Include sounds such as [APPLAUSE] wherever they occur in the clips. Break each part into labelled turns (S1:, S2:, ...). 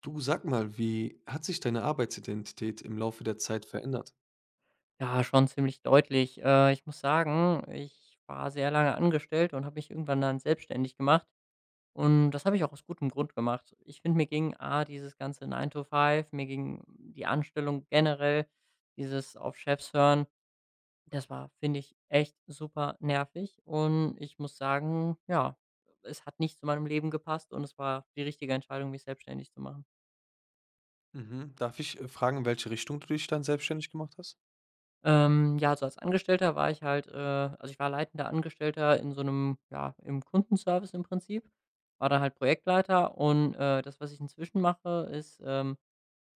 S1: Du, sag mal, wie hat sich deine Arbeitsidentität im Laufe der Zeit verändert?
S2: Ja, schon ziemlich deutlich. Ich muss sagen, ich war sehr lange angestellt und habe mich irgendwann dann selbstständig gemacht. Und das habe ich auch aus gutem Grund gemacht. Ich finde, mir ging A, dieses ganze 9 to 5, mir ging die Anstellung generell, dieses auf Chefs hören, das war, finde ich, echt super nervig. Und ich muss sagen, ja, es hat nicht zu meinem Leben gepasst und es war die richtige Entscheidung, mich selbstständig zu machen.
S1: Mhm. Darf ich fragen, in welche Richtung du dich dann selbstständig gemacht hast?
S2: Ja, also als Angestellter war ich halt also ich war leitender Angestellter in so einem ja, im Kundenservice im Prinzip, war dann halt Projektleiter und, das, was ich inzwischen mache, ist,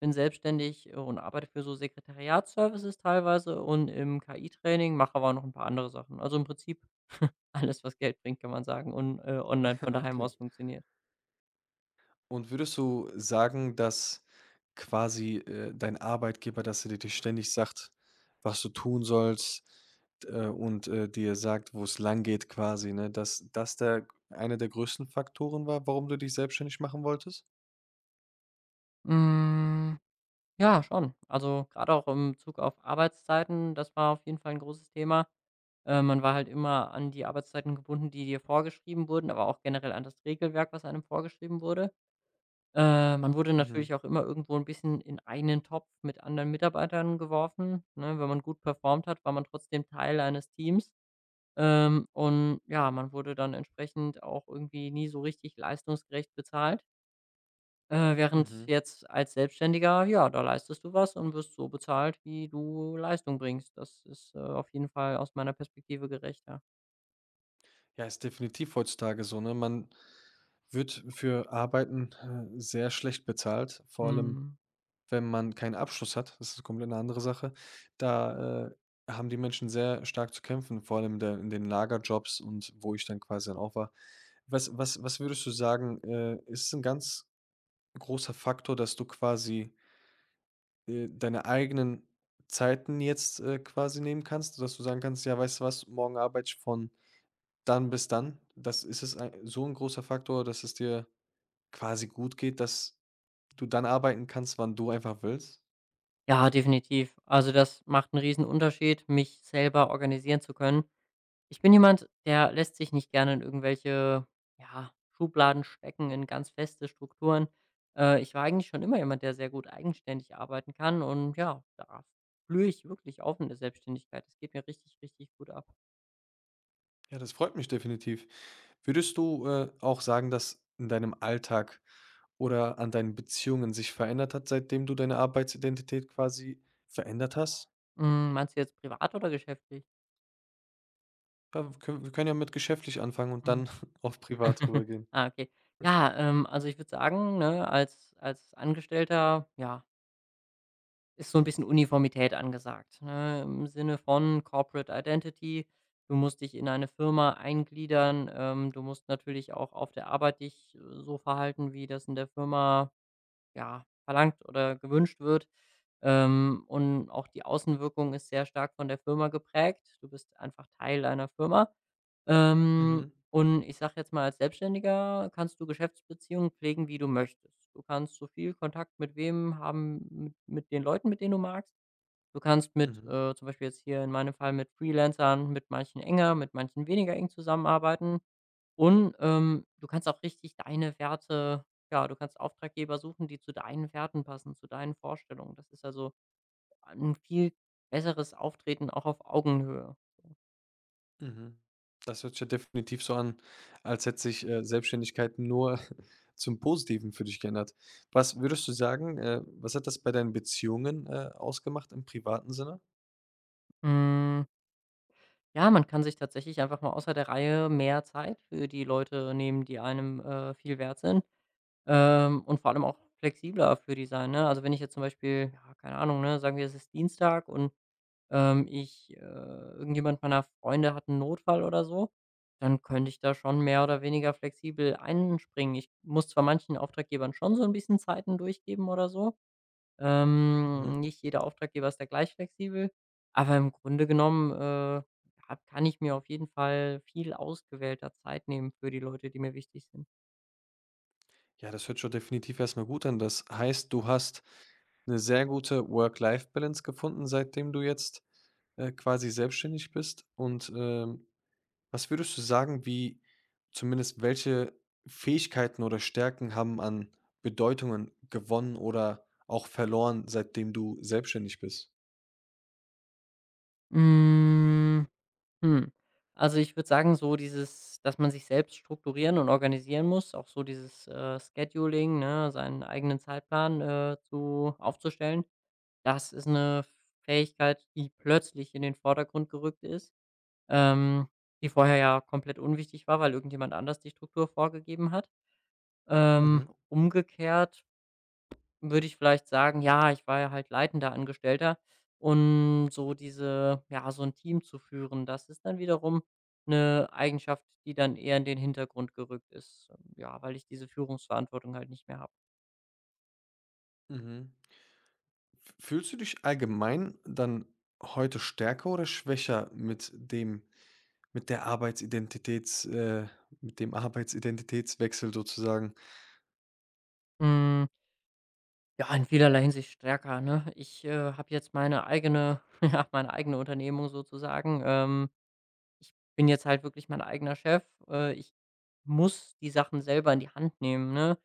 S2: bin selbstständig und arbeite für so Sekretariatsservices teilweise und im KI-Training, mache aber auch noch ein paar andere Sachen. Also im Prinzip [LAUGHS] alles, was Geld bringt, kann man sagen und, online von
S1: [LAUGHS]
S2: daheim
S1: Okay.
S2: aus funktioniert.
S1: Und würdest du sagen, dass quasi dein Arbeitgeber, dass er dir ständig sagt, was du tun sollst, und dir sagt, wo es lang geht quasi, ne? Dass das der einer der größten Faktoren war, warum du dich selbstständig machen wolltest?
S2: Hm, ja, schon. Also, gerade auch im Bezug auf Arbeitszeiten, das war auf jeden Fall ein großes Thema. Man war halt immer an die Arbeitszeiten gebunden, die dir vorgeschrieben wurden, aber auch generell an das Regelwerk, was einem vorgeschrieben wurde. Man wurde
S1: Mhm.
S2: natürlich auch immer irgendwo ein bisschen in einen Topf mit anderen Mitarbeitern geworfen, ne? Wenn man gut performt hat, war man trotzdem Teil eines Teams. Und ja, man wurde dann entsprechend auch irgendwie nie so richtig leistungsgerecht bezahlt. Während
S1: Mhm.
S2: jetzt als Selbstständiger, ja, da leistest du was und wirst so bezahlt, wie du Leistung bringst. Das ist, auf jeden Fall aus meiner Perspektive gerechter.
S1: Ja, ist definitiv heutzutage so, ne? Man wird für Arbeiten, sehr schlecht bezahlt, vor allem,
S2: Mhm.
S1: wenn man keinen Abschluss hat. Das ist komplett eine andere Sache. Da, haben die Menschen sehr stark zu kämpfen, vor allem in der in den Lagerjobs und wo ich dann quasi dann auch war. Was würdest du sagen, ist ein ganz großer Faktor, dass du quasi, deine eigenen Zeiten jetzt, quasi nehmen kannst, dass du sagen kannst: „Ja, weißt du was, morgen arbeite ich von“ dann bis dann. Das ist es ei so ein großer Faktor, dass es dir quasi gut geht, dass du dann arbeiten kannst, wann du einfach willst?
S2: Ja, definitiv. Also, das macht einen riesen Unterschied, mich selber organisieren zu können. Ich bin jemand, der lässt sich nicht gerne in irgendwelche, ja, Schubladen stecken, in ganz feste Strukturen. Ich war eigentlich schon immer jemand, der sehr gut eigenständig arbeiten kann und ja, da blühe ich wirklich auf in der Selbstständigkeit. Das geht mir richtig, richtig gut ab.
S1: Ja, das freut mich definitiv. Würdest du, auch sagen, dass in deinem Alltag oder an deinen Beziehungen sich verändert hat, seitdem du deine Arbeitsidentität quasi verändert hast?
S2: Hm, meinst du jetzt privat oder geschäftlich?
S1: Ja, wir können ja mit geschäftlich anfangen und
S2: Mhm.
S1: dann [LAUGHS] auf privat
S2: [LAUGHS]
S1: rübergehen.
S2: Ah, okay. Ja, also, ich würde sagen, ne, als Angestellter, ja, ist so ein bisschen Uniformität angesagt, ne? Im Sinne von Corporate Identity. Du musst dich in eine Firma eingliedern. Du musst natürlich auch auf der Arbeit dich so verhalten, wie das in der Firma ja, verlangt oder gewünscht wird. Und auch die Außenwirkung ist sehr stark von der Firma geprägt. Du bist einfach Teil einer Firma.
S1: Mhm,
S2: Und ich sage jetzt mal, als Selbstständiger kannst du Geschäftsbeziehungen pflegen, wie du möchtest. Du kannst so viel Kontakt mit wem haben, mit den Leuten, mit denen du magst. Du kannst mit,
S1: mhm.
S2: zum Beispiel jetzt hier in meinem Fall mit Freelancern, mit manchen enger, mit manchen weniger eng zusammenarbeiten. Und, du kannst auch richtig deine Werte ja, du kannst Auftraggeber suchen, die zu deinen Werten passen, zu deinen Vorstellungen. Das ist also ein viel besseres Auftreten auch auf Augenhöhe.
S1: Mhm. Das hört sich ja definitiv so an, als hätte sich, Selbstständigkeit nur [LAUGHS] zum Positiven für dich geändert. Was würdest du sagen, was hat das bei deinen Beziehungen, ausgemacht im privaten Sinne?
S2: Hm, ja, man kann sich tatsächlich einfach mal außer der Reihe mehr Zeit für die Leute nehmen, die einem, viel wert sind, und vor allem auch flexibler für die sein, ne? Also, wenn ich jetzt zum Beispiel ja, keine Ahnung, ne, sagen wir, es ist Dienstag und ich irgendjemand meiner Freunde hat einen Notfall oder so, dann könnte ich da schon mehr oder weniger flexibel einspringen. Ich muss zwar manchen Auftraggebern schon so ein bisschen Zeiten durchgeben oder so.
S1: Mhm.
S2: Nicht jeder Auftraggeber ist da gleich flexibel, aber im Grunde genommen, hab kann ich mir auf jeden Fall viel ausgewählter Zeit nehmen für die Leute, die mir wichtig sind.
S1: Ja, das hört schon definitiv erstmal gut an. Das heißt, du hast eine sehr gute Work-Life-Balance gefunden, seitdem du jetzt, quasi selbstständig bist, und was würdest du sagen, wie zumindest welche Fähigkeiten oder Stärken haben an Bedeutungen gewonnen oder auch verloren, seitdem du selbstständig bist?
S2: Hm. Hm. Also, ich würde sagen, so dieses dass man sich selbst strukturieren und organisieren muss, auch so dieses, Scheduling, ne, seinen eigenen Zeitplan, zu aufzustellen. Das ist eine Fähigkeit, die plötzlich in den Vordergrund gerückt ist, ähm, die vorher ja komplett unwichtig war, weil irgendjemand anders die Struktur vorgegeben hat.
S1: Mhm,
S2: Umgekehrt würde ich vielleicht sagen, ja, ich war ja halt leitender Angestellter und so diese ja, so ein Team zu führen, das ist dann wiederum eine Eigenschaft, die dann eher in den Hintergrund gerückt ist, ja, weil ich diese Führungsverantwortung halt nicht mehr habe.
S1: mhm. F Fühlst du dich allgemein dann heute stärker oder schwächer mit dem mit der Arbeitsidentitäts äh, mit dem Arbeitsidentitätswechsel sozusagen?
S2: Hm, ja, in vielerlei Hinsicht stärker, ne? Ich, habe jetzt meine eigene [LAUGHS] ja, meine eigene Unternehmung sozusagen. Ich bin jetzt halt wirklich mein eigener Chef. Ich muss die Sachen selber in die Hand nehmen, ne?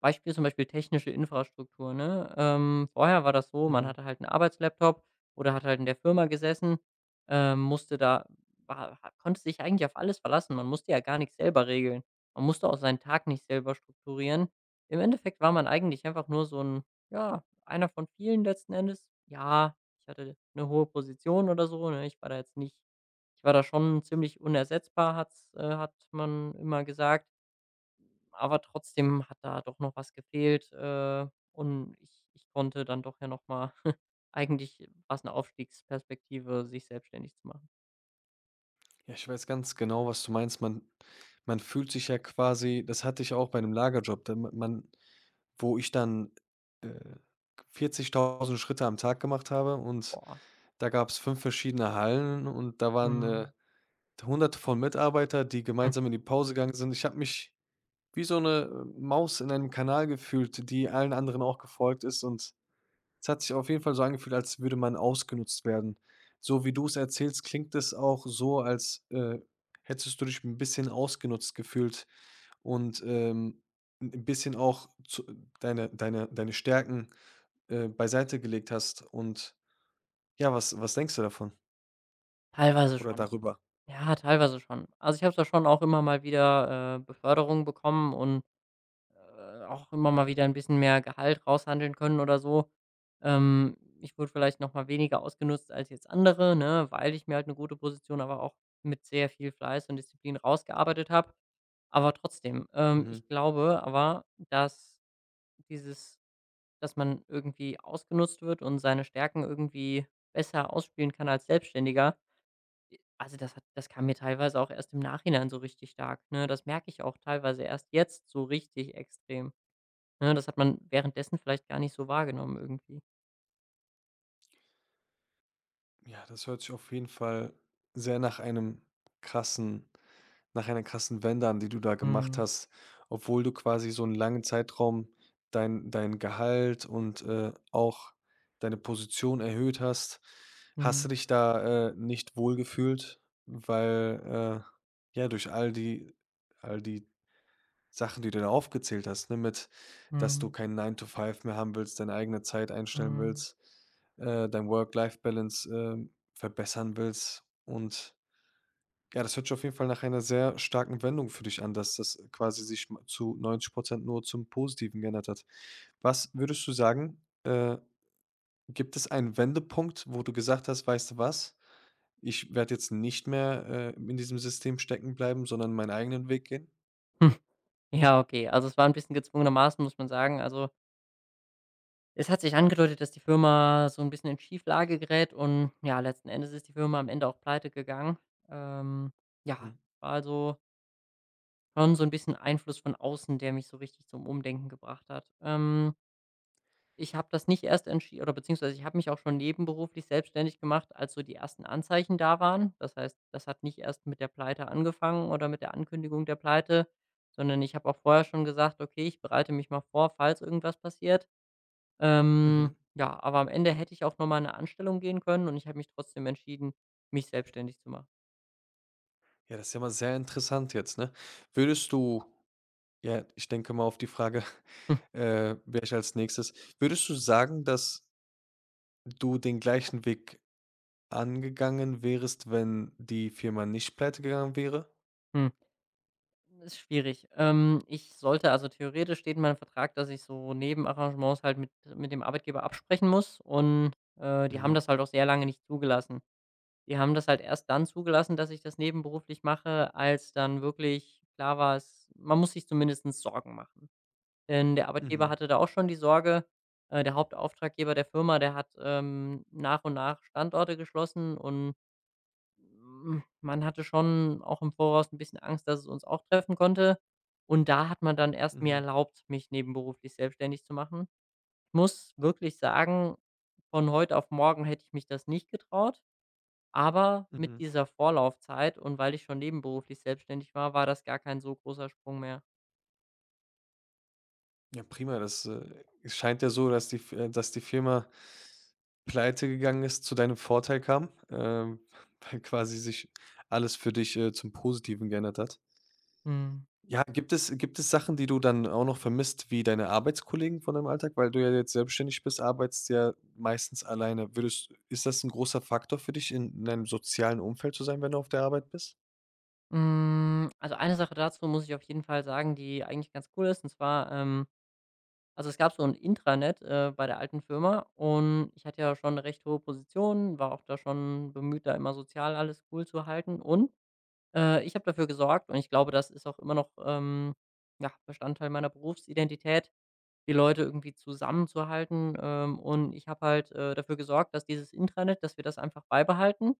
S2: Beispiel zum Beispiel technische Infrastruktur, ne? Vorher war das so, man
S1: Mhm.
S2: hatte halt einen Arbeitslaptop oder hat halt in der Firma gesessen, musste da war ha konnte sich eigentlich auf alles verlassen. Man musste ja gar nichts selber regeln. Man musste auch seinen Tag nicht selber strukturieren. Im Endeffekt war man eigentlich einfach nur so ein ja, einer von vielen letzten Endes. Ja, ich hatte eine hohe Position oder so, ne? Ich war da jetzt nicht Ich war da schon ziemlich unersetzbar, hat man immer gesagt. Aber trotzdem hat da doch noch was gefehlt, und ich konnte dann doch ja noch mal [LAUGHS] eigentlich war's eine Aufstiegsperspektive, sich selbstständig zu machen.
S1: Ja, ich weiß ganz genau, was du meinst. Man fühlt sich ja quasi, das hatte ich auch bei 'nem Lagerjob, da ma man, wo ich dann, äh, 40.000 Schritte am Tag gemacht habe, und
S2: Boah,
S1: da gab es 5 verschiedene Hallen und da waren,
S2: mhm,
S1: Hunderte von Mitarbeiter, die
S2: hm,
S1: gemeinsam in die Pause gegangen sind. Ich habe mich wie so eine Maus in einem Kanal gefühlt, die allen anderen auch gefolgt ist, und es hat sich auf jeden Fall so angefühlt, als würde man ausgenutzt werden. So wie du es erzählst, klingt es auch so, als, hättest du dich ein bisschen ausgenutzt gefühlt und, 'n bisschen auch zu deine Stärken, beiseite gelegt hast. Und ja, was denkst du davon
S2: teilweise
S1: oder
S2: schon.
S1: darüber?
S2: Ja, teilweise schon. Also, ich habe da schon auch immer mal wieder, Beförderungen bekommen und auch immer mal wieder ein bisschen mehr Gehalt raushandeln können oder so. Ich wurde vielleicht noch mal weniger ausgenutzt als jetzt andere, ne, weil ich mir halt eine gute Position, aber auch mit sehr viel Fleiß und Disziplin rausgearbeitet habe. Aber trotzdem,
S1: Mhm.
S2: ich glaube aber, dass dieses dass man irgendwie ausgenutzt wird und seine Stärken irgendwie besser ausspielen kann als Selbstständiger. Also, das kam mir teilweise auch erst im Nachhinein so richtig stark, ne? Das merke ich auch teilweise erst jetzt so richtig extrem. Ne, das hat man währenddessen vielleicht gar nicht so wahrgenommen irgendwie.
S1: Ja, das hört sich auf jeden Fall sehr nach einem krassen, nach einer krassen Wende, die du da gemacht
S2: Mhm.
S1: hast, obwohl du quasi so einen langen Zeitraum dein Gehalt und, auch deine Position erhöht hast. Hast du
S2: Mhm.
S1: dich da, nicht wohlgefühlt, weil, ja, durch all die Sachen, die du da aufgezählt hast, ne, mit, dass du
S2: Mhm.
S1: keinen Nine to Five mehr haben willst, deine eigene Zeit einstellen
S2: Mhm.
S1: willst, dein Work-Life-Balance, verbessern willst, und ja, das hört sich auf jeden Fall nach einer sehr starken Wendung für dich an, dass das quasi sich zu 90% nur zum Positiven geändert hat. Was würdest du sagen, gibt es einen Wendepunkt, wo du gesagt hast, weißt du was, ich werde jetzt nicht mehr in diesem System stecken bleiben, sondern meinen eigenen Weg gehen?
S2: Hm, ja, okay. Also, es war ein bisschen gezwungenermaßen, muss man sagen. Also, es hat sich angedeutet, dass die Firma so ein bisschen in Schieflage gerät und ja, letzten Endes ist die Firma am Ende auch pleitegegangen. Ähm, ja,
S1: Mhm.
S2: war also schon so ein bisschen Einfluss von außen, der mich so richtig zum Umdenken gebracht hat. Ich habe das nicht erst entschieden oder beziehungsweise ich habe mich auch schon nebenberuflich selbstständig gemacht, als so die ersten Anzeichen da waren. Das heißt, das hat nicht erst mit der Pleite angefangen oder mit der Ankündigung der Pleite, sondern ich habe auch vorher schon gesagt: „Okay, ich bereite mich mal vor, falls irgendwas passiert.“
S1: Mhm.
S2: Ja, aber am Ende hätte ich auch noch mal in 'ne Anstellung gehen können und ich habe mich trotzdem entschieden, mich selbstständig zu machen.
S1: Ja, das ist ja mal sehr interessant jetzt, ne? Würdest du, ja, ich denke mal auf die Frage, [LAUGHS]
S2: [LAUGHS]
S1: wäre ich als nächstes, würdest du sagen, dass du den gleichen Weg angegangen wärest, wenn die Firma nicht Pleite gegangen wäre?
S2: Ist schwierig. Ich sollte also theoretisch steht in meinem Vertrag, dass ich so Nebenarrangements halt mit dem Arbeitgeber absprechen muss und, die haben
S1: Mhm,
S2: das halt auch sehr lange nicht zugelassen. Die haben das halt erst dann zugelassen, dass ich das nebenberuflich mache, als dann wirklich klar war, es man muss sich zumindest Sorgen machen. Denn der Arbeitgeber
S1: mhm,
S2: hatte da auch schon die Sorge der Hauptauftraggeber der Firma, der hat, nach und nach Standorte geschlossen und hm, man hatte schon auch im Voraus ein bisschen Angst, dass es uns auch treffen konnte. Und da hat man dann erst mir
S1: mhm,
S2: erlaubt, mich nebenberuflich selbstständig zu machen. Ich muss wirklich sagen, von heute auf morgen hätte ich mich das nicht getraut, aber
S1: mhm.
S2: mit dieser Vorlaufzeit und weil ich schon nebenberuflich selbstständig war, war das gar kein so großer Sprung mehr.
S1: Ja, prima. Das, es scheint ja so, dass die F dass die Firma Pleite gegangen ist, zu deinem Vorteil kam, [LAUGHS] weil quasi sich alles für dich, zum Positiven geändert hat.
S2: Mhm.
S1: Ja, gibt es Sachen, die du dann auch noch vermisst, wie deine Arbeitskollegen von deinem Alltag? Weil du ja jetzt selbstständig bist, arbeitest ja meistens alleine. Würdest Ist das ein großer Faktor für dich, in einem sozialen Umfeld zu sein, wenn du auf der Arbeit bist?
S2: Hm, Mm, also, eine Sache dazu muss ich auf jeden Fall sagen, die eigentlich ganz cool ist, und zwar, also, es gab so ein Intranet, bei der alten Firma und ich hatte ja schon eine recht hohe Position, war auch da schon bemüht, da immer sozial alles cool zu halten und, ich habe dafür gesorgt und ich glaube, das ist auch immer noch, ja, Bestandteil meiner Berufsidentität, die Leute irgendwie zusammenzuhalten. Und ich habe halt, dafür gesorgt, dass dieses Intranet dass wir das einfach beibehalten,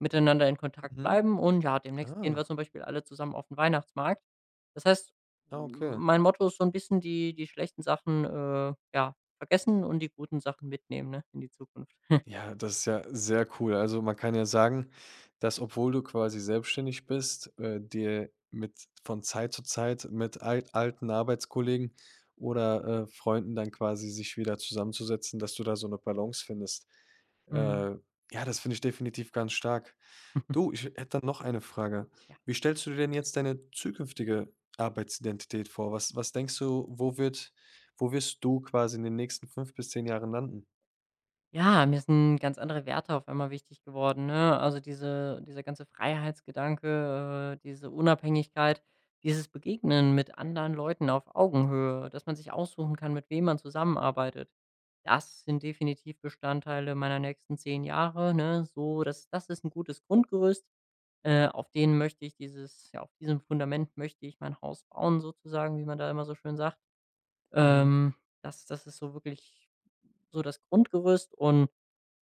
S2: miteinander in Kontakt
S1: Mhm.
S2: bleiben und ja, demnächst gehen
S1: Ah,
S2: wir zum Beispiel alle zusammen auf den Weihnachtsmarkt. Das heißt,
S1: ah, okay.
S2: mein Motto ist so ein bisschen die schlechten Sachen, ja, vergessen und die guten Sachen mitnehmen, ne, in die Zukunft.
S1: Ja, das ist ja sehr cool. Also man kann ja sagen, dass, obwohl du quasi selbstständig bist, dir mit von Zeit zu Zeit mit al alten Arbeitskollegen oder, Freunden dann quasi sich wieder zusammenzusetzen, dass du da so eine Balance findest.
S2: Mhm.
S1: Äh, ja, das finde ich definitiv ganz stark. Du,
S2: [LAUGHS]
S1: ich hätte dann noch eine Frage. Wie stellst du dir denn jetzt deine zukünftige Arbeitsidentität vor? Was denkst du, wo wirst du quasi in den nächsten 5 bis 10 Jahren landen?
S2: Ja, mir sind ganz andere Werte auf einmal wichtig geworden, ne? Dieser ganze Freiheitsgedanke, diese Unabhängigkeit, dieses Begegnen mit anderen Leuten auf Augenhöhe, dass man sich aussuchen kann, mit wem man zusammenarbeitet. Das sind definitiv Bestandteile meiner nächsten 10 Jahre, ne? So, das ist ein gutes Grundgerüst, auf denen möchte ich dieses ja, auf diesem Fundament möchte ich mein Haus bauen sozusagen, wie man da immer so schön sagt.
S1: Mhm,
S2: Ähm, das ist so wirklich so das Grundgerüst und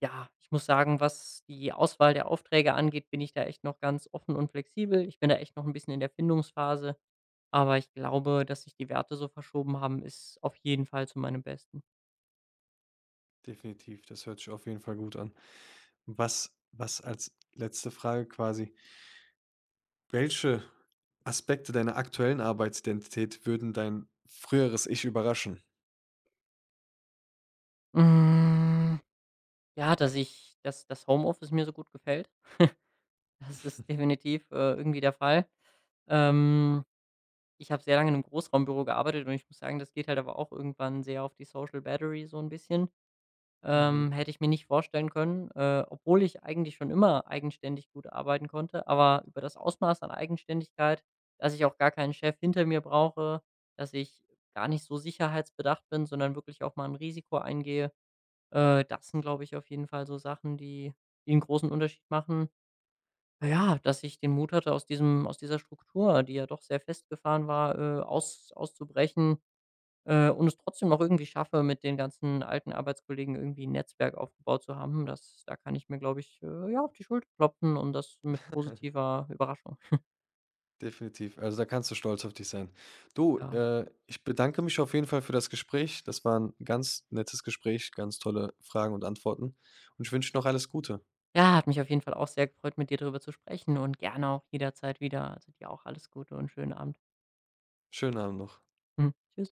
S2: ja, ich muss sagen, was die Auswahl der Aufträge angeht, bin ich da echt noch ganz offen und flexibel. Ich bin da echt noch ein bisschen in der Findungsphase, aber ich glaube, dass sich die Werte so verschoben haben, ist auf jeden Fall zu meinem Besten.
S1: definitiv, das hört sich auf jeden Fall gut an. Was als letzte Frage quasi, welche Aspekte deiner aktuellen Arbeitsidentität würden dein früheres Ich überraschen?
S2: Hm, ja, dass das Homeoffice mir so gut gefällt. [LAUGHS] Das ist definitiv, irgendwie der Fall. Ähm, Ich habe sehr lange in 'nem Großraumbüro gearbeitet und ich muss sagen, das geht halt aber auch irgendwann sehr auf die Social Battery so ein bisschen.
S1: Mhm.
S2: Hätte ich mir nicht vorstellen können, obwohl ich eigentlich schon immer eigenständig gut arbeiten konnte, aber über das Ausmaß an Eigenständigkeit, dass ich auch gar keinen Chef hinter mir brauche, dass ich gar nicht so sicherheitsbedacht bin, sondern wirklich auch mal ein Risiko eingehe. Das sind, glaube ich, auf jeden Fall so Sachen, die 'n großen Unterschied machen. Ja, dass ich den Mut hatte, aus dieser Struktur, die ja doch sehr festgefahren war, auszubrechen und es trotzdem noch irgendwie schaffe, mit den ganzen alten Arbeitskollegen irgendwie ein Netzwerk aufgebaut zu haben, das da kann ich mir, glaube ich, ja, auf die Schulter klopfen und das mit
S1: [LAUGHS]
S2: positiver Überraschung.
S1: Definitiv. Also, da kannst du stolz auf dich sein. Du,
S2: Ja.
S1: ich bedanke mich auf jeden Fall für das Gespräch. Das war ein ganz nettes Gespräch, ganz tolle Fragen und Antworten, und ich wünsche noch alles Gute.
S2: Ja, hat mich auf jeden Fall auch sehr gefreut, mit dir darüber zu sprechen und gerne auch jederzeit wieder. Also, dir auch alles Gute und schönen Abend.
S1: Schönen Abend noch.
S2: Mhm. Tschüss.